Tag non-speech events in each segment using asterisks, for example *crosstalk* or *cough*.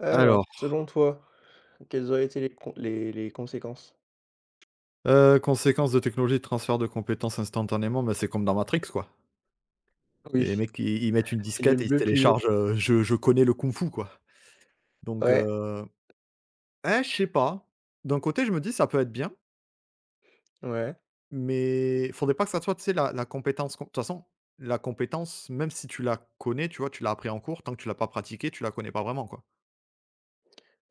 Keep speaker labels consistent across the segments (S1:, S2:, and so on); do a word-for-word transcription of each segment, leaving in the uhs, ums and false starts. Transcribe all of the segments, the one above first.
S1: Alors,
S2: Alors,
S1: selon toi, quelles auraient été les con les les conséquences?
S2: heu, conséquences de technologie de transfert de compétences instantanément, bah, c'est comme dans Matrix, quoi. Les
S1: Oui,
S2: mecs, ils ils mettent une
S1: pilule
S2: disquette et ils se
S1: bleue, pilule
S2: téléchargent,
S1: rouge.
S2: heu, je je connais le kung-fu, quoi. Donc,
S1: Ouais,
S2: heu, eh, je sais pas. D'un côté, je me dis: «Ça peut être bien»,
S1: ouais,
S2: mais faudrait pas que ça soit, tu sais, la la compétence com de toute façon, la compétence, même si tu la connais, tu vois, tu l'as appris en cours, tant que tu l'as pas pratiquée, tu la connais pas vraiment, quoi.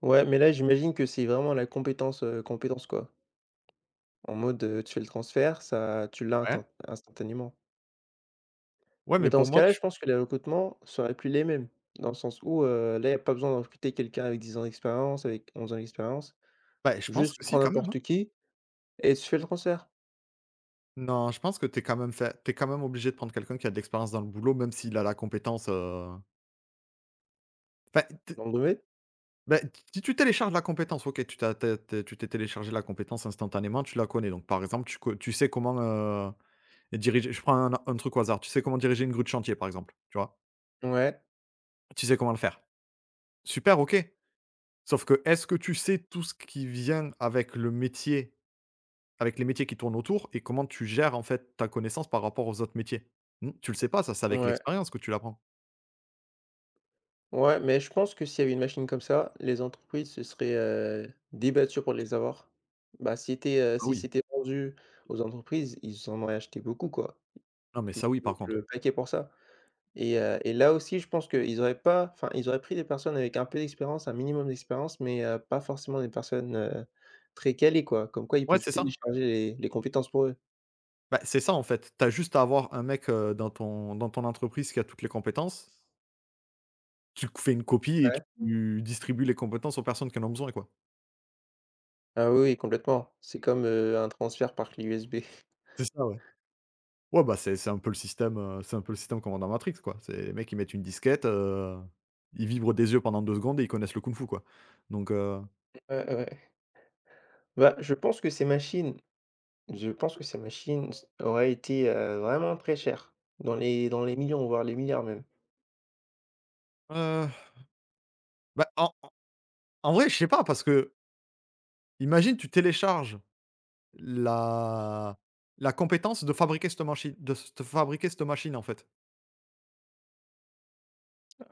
S1: ouais, mais là, j'imagine que c'est vraiment la compétence, heu, compétence, quoi. En mode, heu, tu fais le transfert, ça tu l'as
S2: Ouais.
S1: inten instantanément.
S2: Ouais,
S1: Mais
S2: mais
S1: dans
S2: pour
S1: ce
S2: moi,
S1: cas-là, je
S2: tu
S1: pense que les recrutements seraient plus les mêmes, dans le sens où, heu, là, il y a pas besoin de recruter quelqu'un avec dix ans d'expérience, avec onze ans d'expérience.
S2: bah, je pense
S1: Juste, tu
S2: que si,
S1: prends
S2: quand même, hein.
S1: n'importe qui et tu fais le transfert.
S2: Non, je pense que tu es quand même fait t'es quand même obligé de prendre quelqu'un qui a de l'expérience dans le boulot, même s'il a la compétence, heu enfin, t
S1: Vous me
S2: bah, si tu télécharges la compétence, OK, tu t'as t'as t'es tu t'es téléchargé la compétence instantanément, tu la connais. Donc par exemple, tu co tu sais comment, heu, diriger je prends un un truc au hasard, tu sais comment diriger une grue de chantier, par exemple, tu vois?
S1: Ouais,
S2: Tu sais comment le faire. Super, OK. Sauf que, est-ce que tu sais tout ce qui vient avec le métier, avec les métiers qui tournent autour et comment tu gères, en fait, ta connaissance par rapport aux autres métiers? Mmh, tu le sais pas, ça, c'est avec
S1: ouais.
S2: l'expérience que tu l'apprends.
S1: Ouais, mais je pense que s'il y avait une machine comme ça, les entreprises se seraient, heu, débattues pour les avoir. Bah, si c'était, heu,
S2: Ça
S1: si
S2: oui.
S1: c'était vendu aux entreprises, ils en auraient acheté beaucoup, quoi.
S2: Non, mais
S1: Ils
S2: ça oui,
S1: auraient
S2: par
S1: mis
S2: contre.
S1: le paquet pour ça et heu et là aussi, je pense qu'ils auraient pas enfin, ils auraient pris des personnes avec un peu d'expérience, un minimum d'expérience, mais heu, pas forcément des personnes, heu, très calées, quoi. Comme quoi, ils
S2: Ouais,
S1: peuvent
S2: c'est ça.
S1: télécharger les les compétences pour eux.
S2: Bah, c'est ça en fait. Tu as juste à avoir un mec, heu, dans ton dans ton entreprise qui a toutes les compétences. Tu c fais une copie et
S1: Ouais.
S2: tu distribues les compétences aux personnes qui en ont besoin, quoi.
S1: Ah oui, oui, complètement. C'est comme, heu, un transfert par clé U S B.
S2: C'est ça, ouais. Ouais, bah, c'est c'est un peu le système, heu, c'est un peu le système comme dans Matrix, quoi. C'est les mecs, ils mettent une disquette, heu, ils vibrent des yeux pendant deux secondes et ils connaissent le kung-fu, quoi. Donc heu,
S1: Ouais, ouais. Bah, je pense que ces machines. Je pense que sa machine s aurait été, heu, vraiment très chère, dans les dans les millions, voire les milliards même.
S2: heu, bah, en en vrai, je sais pas parce que imagine tu télécharges la la compétence de fabriquer cette machine de s de fabriquer cette machine, en fait.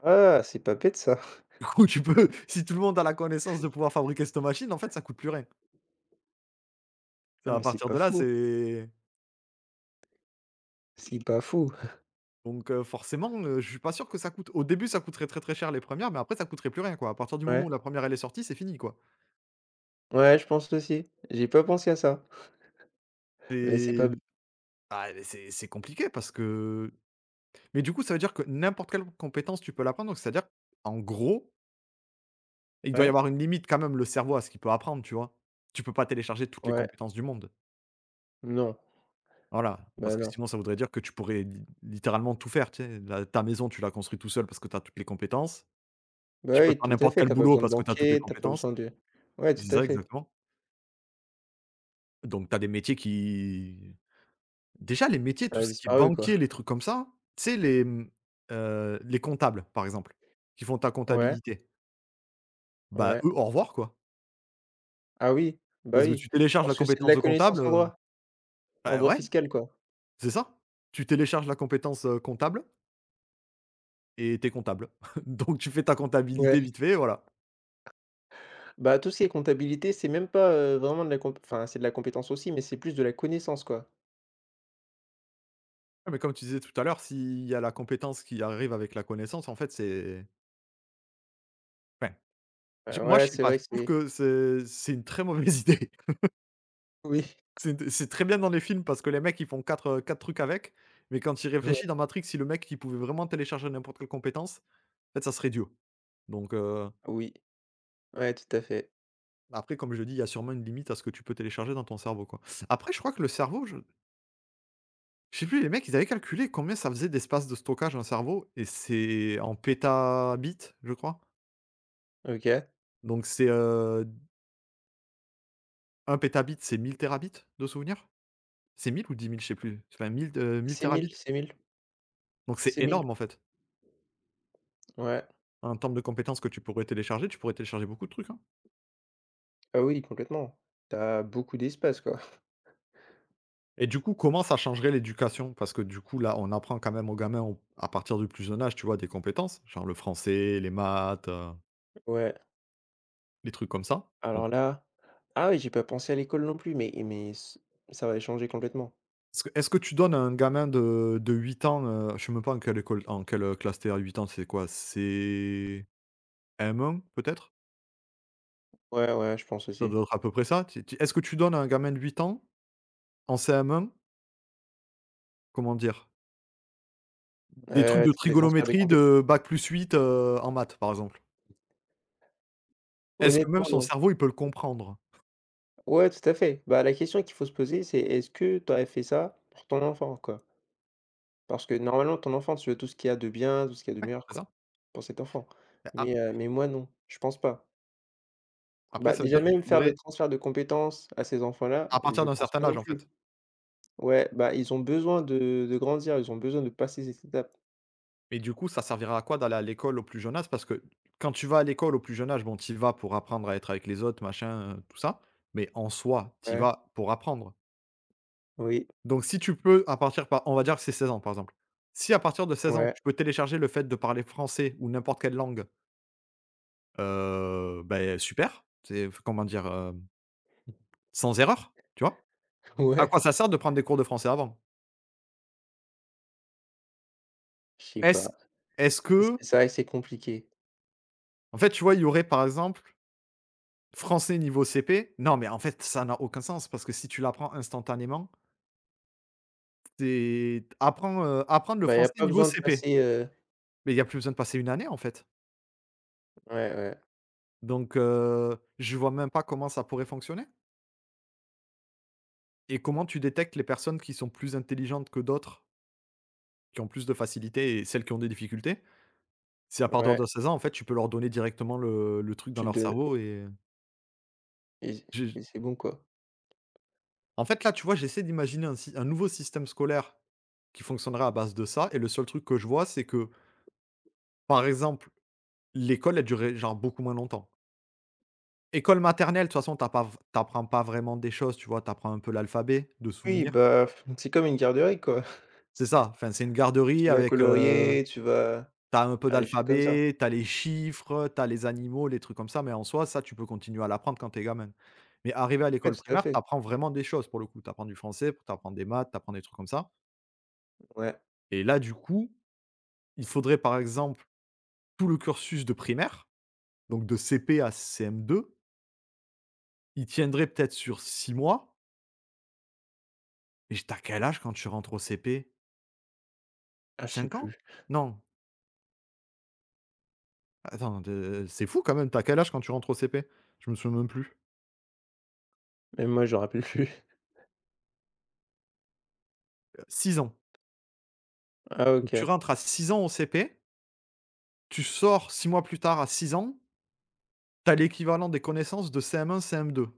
S1: Ah! C'est pas bête ça.
S2: Du coup, tu peux *laughs* si tout le monde a la connaissance de pouvoir fabriquer cette machine, en fait, ça coûte plus rien.
S1: Ah
S2: Ça, à
S1: mais c'est
S2: partir
S1: pas
S2: de là,
S1: fou,
S2: c'est
S1: c'est pas fou.
S2: donc heu, forcément, heu, je suis pas sûr que ça coûte au début, ça coûterait très, très cher les premières, mais après ça coûterait plus rien, quoi. À partir du moment où
S1: Ouais,
S2: la première elle est sortie, c'est fini, quoi.
S1: ouais, je pense aussi. J'ai pas pensé à ça, mais c'est pas
S2: C'est
S1: b
S2: ah, mais c'est c'est compliqué parce que mais du coup, ça veut dire que n'importe quelle compétence, tu peux l'apprendre, donc c'est-à-dire, en gros, il doit y
S1: Ouais,
S2: avoir une limite quand même, le cerveau, à ce qu'il peut apprendre, tu vois? Tu peux pas télécharger toutes les
S1: ouais,
S2: compétences du monde.
S1: non,
S2: Voilà,
S1: bah,
S2: parce que
S1: non.
S2: sinon ça voudrait dire que tu pourrais li littéralement tout faire, tu sais? La Ta maison, tu l'as construite tout seul parce que tu as toutes les compétences.
S1: Bah,
S2: Tu peux
S1: oui,
S2: faire
S1: tout à
S2: n'importe
S1: fait.
S2: quel
S1: T'as pas
S2: boulot
S1: besoin de
S2: parce que tu as toutes les
S1: banquer. T'as pas
S2: compétences.
S1: besoin de Ouais, tout
S2: C'est
S1: à
S2: ça,
S1: fait.
S2: exactement. Donc tu as des métiers qui déjà les métiers,
S1: Elle
S2: tout
S1: a
S2: ce qui est
S1: disparu quoi.
S2: banquier, les trucs comme ça, tu sais les, mmh, heu, les comptables, par exemple, qui font ta
S1: Ouais,
S2: comptabilité. Bah,
S1: ouais.
S2: eux, au revoir, quoi.
S1: Ah oui, bah,
S2: Parce que
S1: oui,
S2: tu télécharges la
S1: parce que c'est de
S2: compétence
S1: la
S2: de
S1: connaissance
S2: comptable,
S1: en
S2: heu,
S1: droit, en
S2: bah,
S1: droit
S2: ouais,
S1: fiscal quoi.
S2: c'est ça. Tu télécharges la compétence, heu, comptable et t'es comptable. *laughs* Donc tu fais ta
S1: Ouais.
S2: comptabilité vite fait, voilà.
S1: Bah, tout ce qui est comptabilité, c'est même pas, heu, vraiment de la comp enfin, c'est de la compétence aussi, mais c'est plus de la connaissance, quoi.
S2: Ouais, mais comme tu disais tout à l'heure, s'il y a la compétence qui arrive avec la connaissance, en fait, c'est enfin, je
S1: Heu,
S2: moi,
S1: ouais,
S2: je sais
S1: c'est
S2: pas,
S1: vrai
S2: je
S1: que
S2: trouve
S1: c'est.
S2: que c'est c'est une très mauvaise *laughs* idée.
S1: Oui.
S2: C'est c'est très bien dans les films parce que les mecs, ils font quatre euh, quatre trucs avec, mais quand tu
S1: *laughs* Ouais,
S2: y dans Matrix, si le mec, il pouvait vraiment télécharger n'importe quelle compétence, en fait, ça serait Dieu. Donc heu,
S1: oui, ouais, tout à fait.
S2: après, comme je dis, il y a sûrement une limite à ce que tu peux télécharger dans ton cerveau, quoi. Après, je crois que le cerveau, je je sais plus, les mecs, ils avaient calculé combien ça faisait d'espace de stockage un cerveau et c'est en pétabits, je crois.
S1: OK.
S2: Donc c'est, euh, Un pétabit, c'est mille térabits de souvenirs? C'est mille ou dix mille, Je sais plus. Enfin mille heu, mille
S1: C'est
S2: térabits,
S1: mille c'est mille
S2: donc c'est
S1: c'est mille
S2: énorme en fait.
S1: Ouais.
S2: Un termes de compétences que tu pourrais télécharger, tu pourrais télécharger beaucoup de trucs, hein.
S1: Ah oui, complètement. T'as beaucoup d'espace, quoi. *laughs*
S2: Et du coup, comment ça changerait l'éducation? Parce que du coup, là, on apprend quand même aux gamins au à partir du plus jeune âge, tu vois, des compétences, genre le français, les maths, heu,
S1: Ouais,
S2: les trucs comme ça, donc
S1: alors là, ah oui, j'ai pas pensé à l'école non plus, mais mais c ça va changer complètement.
S2: est-ce que est-ce que tu donnes à un gamin de de 8 ans, heu, je sais même pas en quelle école en quelle, classe tu à 8 ans, c'est quoi? C'est M un peut-être?
S1: Ouais, ouais, je pense
S2: Ça
S1: aussi.
S2: doit être à peu près ça? Tu tu est-ce que tu donnes à un gamin de huit ans en C M un, comment dire? Des trucs
S1: Heu,
S2: de
S1: des transferts de
S2: trigonométrie
S1: compétences.
S2: de bac bac+8, heu, en maths, par exemple. Est-ce que
S1: Honnêtement,
S2: même son
S1: non.
S2: cerveau, il peut le comprendre?
S1: Ouais, tout à fait. Bah, la question qu'il faut se poser, c'est est-ce que tu aurais fait ça pour ton enfant, quoi? Parce que normalement, ton enfant, tu veux tout ce qu'il y a de bien, tout ce qu'il y a de meilleur,
S2: C'est
S1: quoi,
S2: ça?
S1: pour cet enfant.
S2: Bah,
S1: Mais
S2: a
S1: heu, mais moi non, je pense pas.
S2: après
S1: Bah,
S2: ça veut
S1: déjà
S2: dire qu'il
S1: même faire le
S2: faudrait
S1: transfert de compétences à ces enfants-là,
S2: à partir
S1: je
S2: d'un
S1: pense
S2: certain
S1: pas non
S2: âge, en
S1: plus.
S2: fait.
S1: Ouais, bah, ils ont besoin de de grandir, ils ont besoin de passer cette étape.
S2: Mais du coup, ça servira à quoi d'aller à l'école au plus jeune âge? Parce que quand tu vas à l'école au plus jeune âge, bon, tu y vas pour apprendre à être avec les autres, machin, heu, tout ça, mais en soi, tu y
S1: Ouais,
S2: vas pour apprendre.
S1: oui,
S2: Donc si tu peux à partir par on va dire que c'est seize ans, par exemple. Si à partir de seize ans,
S1: ouais,
S2: tu peux télécharger le fait de parler français ou n'importe quelle langue. Heu, beh, super, c'est comment dire? Heu, sans erreur, tu vois?
S1: *laughs*
S2: À
S1: ouais,
S2: quoi ça sert de prendre des cours de français avant?
S1: je sais pas.
S2: Est-ce est-ce
S1: C'est
S2: qu'en
S1: c'est vrai que c'est compliqué.
S2: fait, tu vois, il y aurait, par exemple, français niveau C P? Non, mais en fait, ça n'a aucun sens parce que si tu l'apprends instantanément, c'est apprends, heu, apprendre le
S1: Bah, il y a
S2: français
S1: pas
S2: niveau
S1: besoin de
S2: C P.
S1: passer, heu
S2: Mais il y a plus besoin de passer une année, en fait.
S1: ouais, ouais,
S2: Donc heu, je vois même pas comment ça pourrait fonctionner et comment tu détectes les personnes qui sont plus intelligentes que d'autres, qui ont plus de facilité et celles qui ont des difficultés? C'est à partir
S1: ouais,
S2: de 16 ans, en fait, tu peux leur donner directement le le truc dans
S1: tu
S2: leur
S1: donnes
S2: cerveau et
S1: et et
S2: j'ai
S1: c'est bon, quoi.
S2: en fait, là, tu vois, j'essaie d'imaginer un sy un nouveau système scolaire qui fonctionnerait à base de ça et le seul truc que je vois, c'est que, par exemple, l'école, elle durait, genre, beaucoup moins longtemps. École maternelle, de toute façon, tu pas v tu pas vraiment des choses, tu vois? T'apprends un peu l'alphabet de
S1: Oui,
S2: souvenir.
S1: bah, c'est comme une garderie, quoi. *laughs*
S2: C'est ça, enfin, c'est une garderie
S1: Tu vas
S2: avec, heu
S1: colorier, tu vas
S2: T'as un peu
S1: faire des choses comme ça.
S2: d'alphabet, t'as les chiffres, t'as les animaux, les trucs comme ça, mais en soi, ça, tu peux continuer à l'apprendre quand t'es gamin. Mais arrivé à
S1: Ouais,
S2: l'école
S1: tout à
S2: primaire,
S1: fait.
S2: t'apprends vraiment des choses pour le coup. T'apprends du français, t'apprends des maths, t'apprends des trucs comme ça
S1: Ouais.
S2: et là, du coup, il faudrait par exemple tout le cursus de primaire, donc de C P à C M deux, il tiendrait peut-être sur six mois et j tu quel âge quand tu rentres au C P?
S1: Ah, je sais
S2: Cinq
S1: plus.
S2: ans? Non, attends, de c'est fou quand même, t'as quel âge quand tu rentres au C P? Je me souviens même plus.
S1: Même moi, je me rappelle plus. *laughs*
S2: Six ans.
S1: Ah,
S2: Donc tu
S1: OK,
S2: rentres à six ans au C P. Tu sors six mois plus tard à six ans, tu as l'équivalent des connaissances de C M un, C M deux.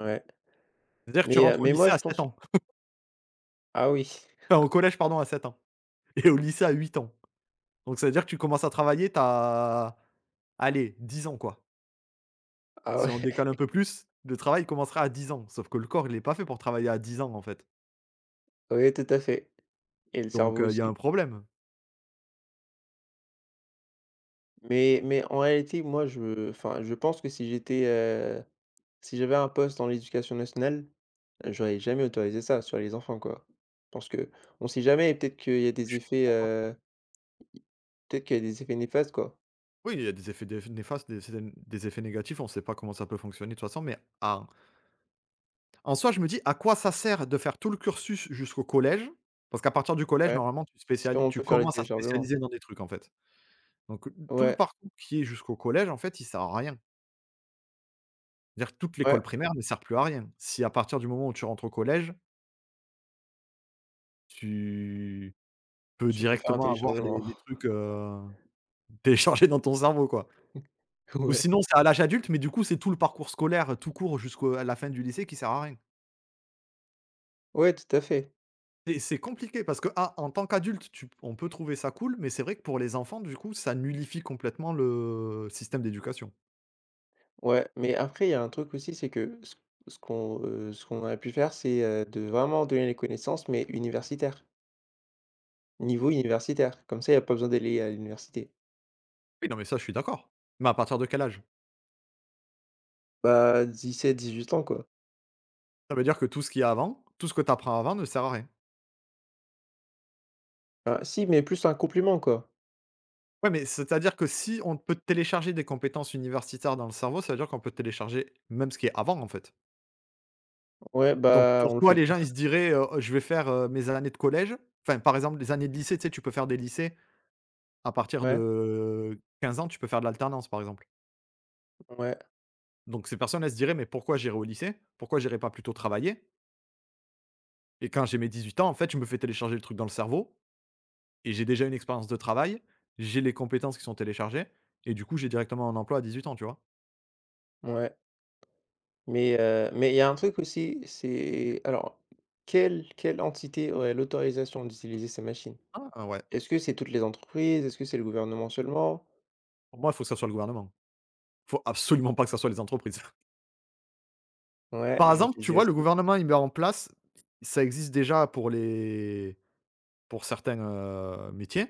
S1: ouais.
S2: C'est-à-dire que tu
S1: Mais heu,
S2: rentres au
S1: mais moi,
S2: lycée
S1: je
S2: à sept
S1: pense.
S2: ans.
S1: Ah oui. *laughs*
S2: Enfin, au collège, pardon, à sept ans *laughs* et au lycée à huit ans. Donc ça veut dire que tu commences à travailler, tu as, allez, dix ans, quoi.
S1: Ah
S2: Si on
S1: ouais,
S2: décale un peu plus, le travail, commencera à dix ans. Sauf que le corps, il est pas fait pour travailler à dix ans, en fait.
S1: oui, tout à fait et le
S2: Donc
S1: cerveau
S2: heu, il y a un
S1: aussi.
S2: problème.
S1: Mais mais en réalité, moi, je enfin, je pense que si j'étais, heu Si j'avais un poste dans l'éducation nationale, heu, j'aurais jamais autorisé ça sur les enfants, quoi. Je pense qu'on sait jamais et peut-être qu'il y a
S2: Je
S1: des
S2: suis
S1: effets,
S2: d'accord.
S1: heu, peut-être qu'il y a des effets néfastes, quoi.
S2: Oui, il y a des effets dé néfastes, des c'est des des effets négatifs, on ne sait pas comment ça peut fonctionner de toute façon, mais à En soi, je me dis: «À quoi ça sert de faire tout le cursus jusqu'au collège?» parce qu'à partir du collège,
S1: Ouais,
S2: normalement, tu
S1: si
S2: spéciali
S1: on
S2: tu
S1: peut faire les
S2: commences à
S1: téléchargements.
S2: spécialiser dans des trucs, en fait. Donc, tout le
S1: Ouais,
S2: parcours qui est jusqu'au collège, en fait, il sert à rien. C'est-à-dire que toute
S1: ouais,
S2: l'école primaire ne sert plus à rien. Si à partir du moment où tu rentres au collège, tu peux
S1: tu peux faire un
S2: directement avoir les
S1: téléchargement.
S2: les trucs,
S1: *laughs*
S2: heu, *laughs* téléchargés dans ton cerveau, quoi. Ou
S1: Ouais.
S2: sinon, c'est à l'âge adulte, mais du coup, c'est tout le parcours scolaire, tout court, jusqu'à la fin du lycée qui sert à rien.
S1: Ouais, tout à fait.
S2: Et c'est compliqué parce que, ah, en tant qu'adulte, tu on peut trouver ça cool, mais c'est vrai que pour les enfants, du coup, ça nullifie complètement le système d'éducation.
S1: Ouais, mais après, il y a un truc aussi, c'est que ce ce qu'on, heu, ce qu'on a pu faire, c'est, heu, de vraiment donner les connaissances, mais universitaires, niveau universitaire. Comme ça, il y a pas besoin d'aller à l'université.
S2: Oui, non, mais ça, je suis d'accord. Mais à partir de quel âge?
S1: Bah, dix-sept à dix-huit ans, quoi.
S2: Ça veut dire que tout ce qu'il y a avant, tout ce que tu apprends avant ne sert à rien.
S1: Bah, si, mais plus un compliment, quoi.
S2: Ouais, mais c'est-à-dire que si on peut télécharger des compétences universitaires dans le cerveau, ça veut dire qu'on peut télécharger même ce qui est avant, en fait.
S1: Ouais,
S2: Donc
S1: bah, on le
S2: pourquoi
S1: fait
S2: les
S1: pas.
S2: gens, ils se diraient, heu: «Je vais faire, heu, mes années de collège», enfin, par exemple, les années de lycée, tu sais, tu peux faire des lycées à partir
S1: Ouais,
S2: de quinze ans, tu peux faire de l'alternance, par exemple.
S1: ouais,
S2: Donc ces personnes, elles se diraient: «Mais pourquoi j'irai au lycée? Pourquoi j'irai pas plutôt travailler?» Et quand j'ai mes dix-huit ans, en fait, je me fais télécharger le truc dans le cerveau et j'ai déjà une expérience de travail, j'ai les compétences qui sont téléchargées et du coup, j'ai directement un emploi à dix-huit ans, tu vois?
S1: ouais, mais, heu, mais il y a un truc aussi, c'est alors, quelle quelle entité aurait l'autorisation d'utiliser ces machines?
S2: Ah ouais.
S1: Est-ce que c'est toutes les entreprises? Est-ce que c'est le gouvernement seulement?
S2: Pour moi, il faut que ça soit le gouvernement. Faut absolument pas que ça soit les entreprises. *laughs*
S1: Ouais,
S2: Par
S1: je me
S2: exemple,
S1: suis
S2: tu
S1: dit
S2: vois, le
S1: aussi.
S2: gouvernement, il met en place, ça existe déjà pour les pour certains, heu, métiers.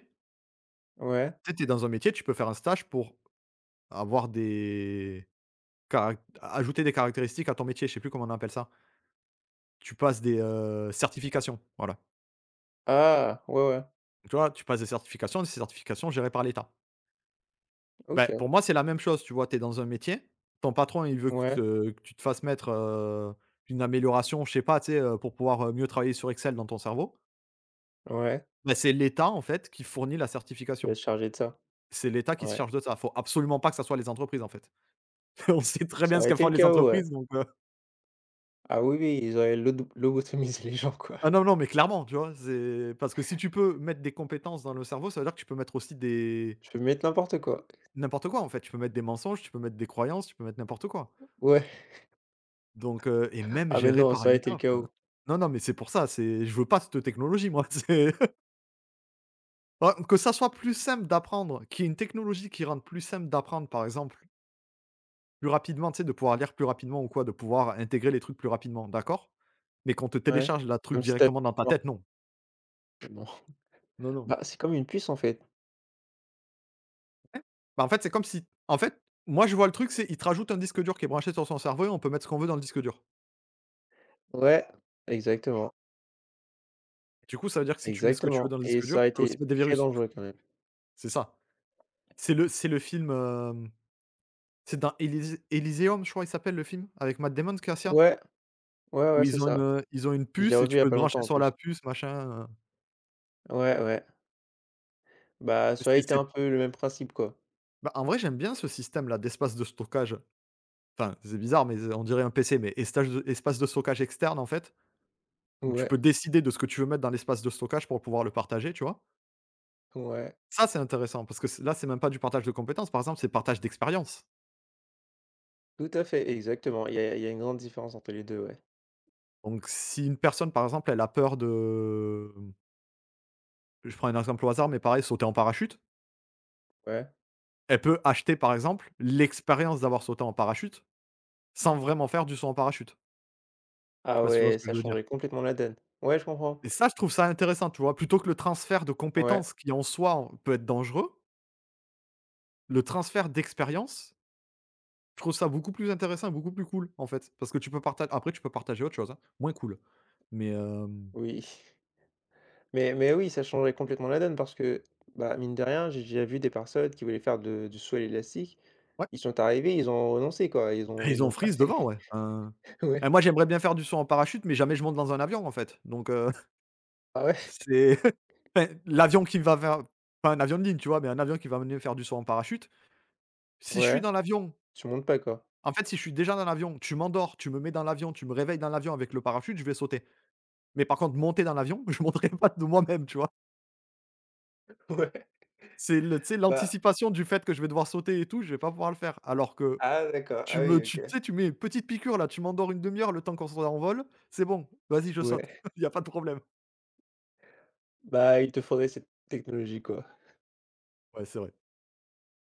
S1: Ouais.
S2: Tu sais, es dans un métier, tu peux faire un stage pour avoir des carac ajouter des caractéristiques à ton métier, je sais plus comment on appelle ça. Tu passes des, heu, certifications, voilà.
S1: Ah! Ouais, ouais.
S2: Tu vois? Tu passes des certifications, des certifications gérées par l'État. Ben
S1: OK.
S2: pour moi, c'est la même chose, tu vois? Tu es dans un métier, ton patron, il veut que
S1: Ouais,
S2: te que tu te fasses mettre, heu, une amélioration, je sais pas, tu sais, heu, pour pouvoir, heu, mieux travailler sur Excel dans ton cerveau.
S1: ouais,
S2: Ben c'est l'État, en fait, qui fournit la
S1: il va
S2: certification.
S1: se charger de ça.
S2: C'est l'État qui se
S1: Ouais.
S2: charge de ça. Faut absolument pas que ça soit les entreprises, en fait. *laughs* On sait très
S1: Ça
S2: bien ce
S1: aurait
S2: qu'elles
S1: été
S2: font
S1: le
S2: les
S1: chaos, ouais.
S2: entreprises, donc heu
S1: Ah oui, oui, ils auraient lodo lobotomisé les gens, quoi.
S2: Ah non, non, mais clairement, tu vois? C'est parce que si tu peux mettre des compétences dans le cerveau, ça veut dire que tu peux mettre aussi des...
S1: Je peux mettre n'importe quoi.
S2: N'importe quoi, en fait, tu peux mettre des mensonges, tu peux mettre des croyances, tu peux mettre n'importe quoi.
S1: Ouais.
S2: Donc heu et même
S1: Ah mais
S2: géré
S1: non,
S2: par
S1: ça aurait été
S2: l'État,
S1: le
S2: enfin...
S1: chaos.
S2: Non, non, mais c'est pour ça, c'est je veux pas cette technologie moi, *laughs* c'est... Bah, que ça soit plus simple d'apprendre, qu'il y ait une technologie qui rende plus simple d'apprendre, par exemple, plus rapidement, tu sais, de pouvoir lire plus rapidement ou quoi, de pouvoir intégrer les trucs plus rapidement, d'accord, mais qu'on te
S1: Ouais.
S2: télécharge la truc
S1: Comme si tu avais
S2: directement dans ta
S1: peur.
S2: tête, non.
S1: Non.
S2: Non, non.
S1: Bah, c'est comme une puce, en fait.
S2: Ouais. Bah, en fait, c'est comme si, en fait, moi, je vois le truc, c'est il te rajoute un disque dur qui est branché sur son cerveau et on peut mettre ce qu'on veut dans le disque dur.
S1: Ouais, exactement,
S2: Du coup, ça veut dire que si tu mets ce que tu veux
S1: exactement
S2: dans le
S1: et
S2: disque
S1: ça
S2: dur,
S1: aurait
S2: tu peux aussi
S1: été
S2: mettre des
S1: très
S2: virus.
S1: dangereux quand même.
S2: C'est ça. C'est le c'est le film, hem, c'est dans Élysé Élyséeum, je crois, il s'appelle le film, avec Matt Damon, Cassia?
S1: Ouais, ouais,
S2: Où
S1: ouais, c'est
S2: ils ont une,
S1: ça.
S2: heu, ils ont une
S1: Je l'ai
S2: puce et
S1: revu
S2: tu
S1: il y a
S2: peux te
S1: pas longtemps
S2: brancher
S1: en
S2: sur
S1: plus.
S2: la puce, machin, heu,
S1: Ouais, ouais. Bah, ça aurait
S2: c'est
S1: été un
S2: c'est
S1: peu le même principe, quoi.
S2: Bah, en vrai, j'aime bien ce système-là d'espace de stockage. Enfin, c'est bizarre, mais on dirait un P C, mais estage de espace de stockage externe, en fait, où tu peux
S1: Ouais,
S2: décider de ce que tu veux mettre dans l'espace de stockage pour pouvoir le partager, tu vois?
S1: ouais.
S2: Ça, c'est intéressant parce que c là, c'est même pas du partage de compétences, par exemple, c'est partage d'expérience.
S1: Tout à fait, exactement. Il y a il y a une grande différence entre les deux, ouais.
S2: Donc si une personne, par exemple, elle a peur de Je prends un exemple au hasard, mais pareil, sauter en parachute.
S1: Ouais.
S2: Elle peut acheter, par exemple, l'expérience d'avoir sauté en parachute, sans vraiment faire du saut en parachute. Je sais
S1: Ah
S2: pas si tu vois
S1: ouais,
S2: ce que
S1: ça
S2: je veux dire?
S1: changeait complètement la donne. Ouais, je comprends.
S2: Et ça, je trouve ça intéressant, tu vois? Plutôt que le transfert de
S1: Ouais,
S2: compétences qui, en soi, en peut être dangereux, le transfert d'expérience, je trouve ça beaucoup plus intéressant et beaucoup plus cool, en fait. Parce que tu peux partager. Après tu peux partager autre chose, hein, moins cool. Mais hem,
S1: oui. *laughs* Mais mais oui, ça changerait complètement la donne parce que, bah, mine de rien, j'ai déjà vu des personnes qui voulaient faire de du saut à l'élastique.
S2: ouais,
S1: Ils sont arrivés, ils ont renoncé, quoi. Ils ont
S2: et
S1: ils
S2: ils ont
S1: l'ont pas
S2: Freeze
S1: fait.
S2: devant, ouais. Hein,
S1: *laughs*
S2: et
S1: Ouais.
S2: moi, j'aimerais bien faire du saut en parachute, mais jamais je monte dans un avion, en fait. Donc heu, *laughs*
S1: Ah ouais?
S2: c'est... Enfin, l'avion qui va vers pas un avion de ligne, tu vois? Mais un avion qui va venir faire du saut en parachute. Si je suis
S1: Ouais,
S2: dans l'avion,
S1: tu montes pas, quoi.
S2: en fait, si je suis déjà dans l'avion, tu m'endors, tu me mets dans l'avion, tu me réveilles dans l'avion avec le parachute, je vais sauter. Mais par contre, monter dans l'avion, *laughs* je monterai pas de moi-même, tu vois?
S1: *laughs* Ouais.
S2: C'est le Tu sais,
S1: Bah,
S2: l'anticipation du fait que je vais devoir sauter et tout, je vais pas pouvoir le faire. Alors que
S1: ah, d'accord. Ah
S2: tu me
S1: oui,
S2: tu
S1: OK.
S2: tu sais, tu mets une petite piqûre là, tu m'endors une demi heure, le temps qu'on soit en vol, c'est bon, vas-y, je saute.
S1: Ouais.
S2: *laughs* Il y a pas de problème.
S1: Bah, il te faudrait cette technologie, quoi.
S2: Ouais, c'est vrai.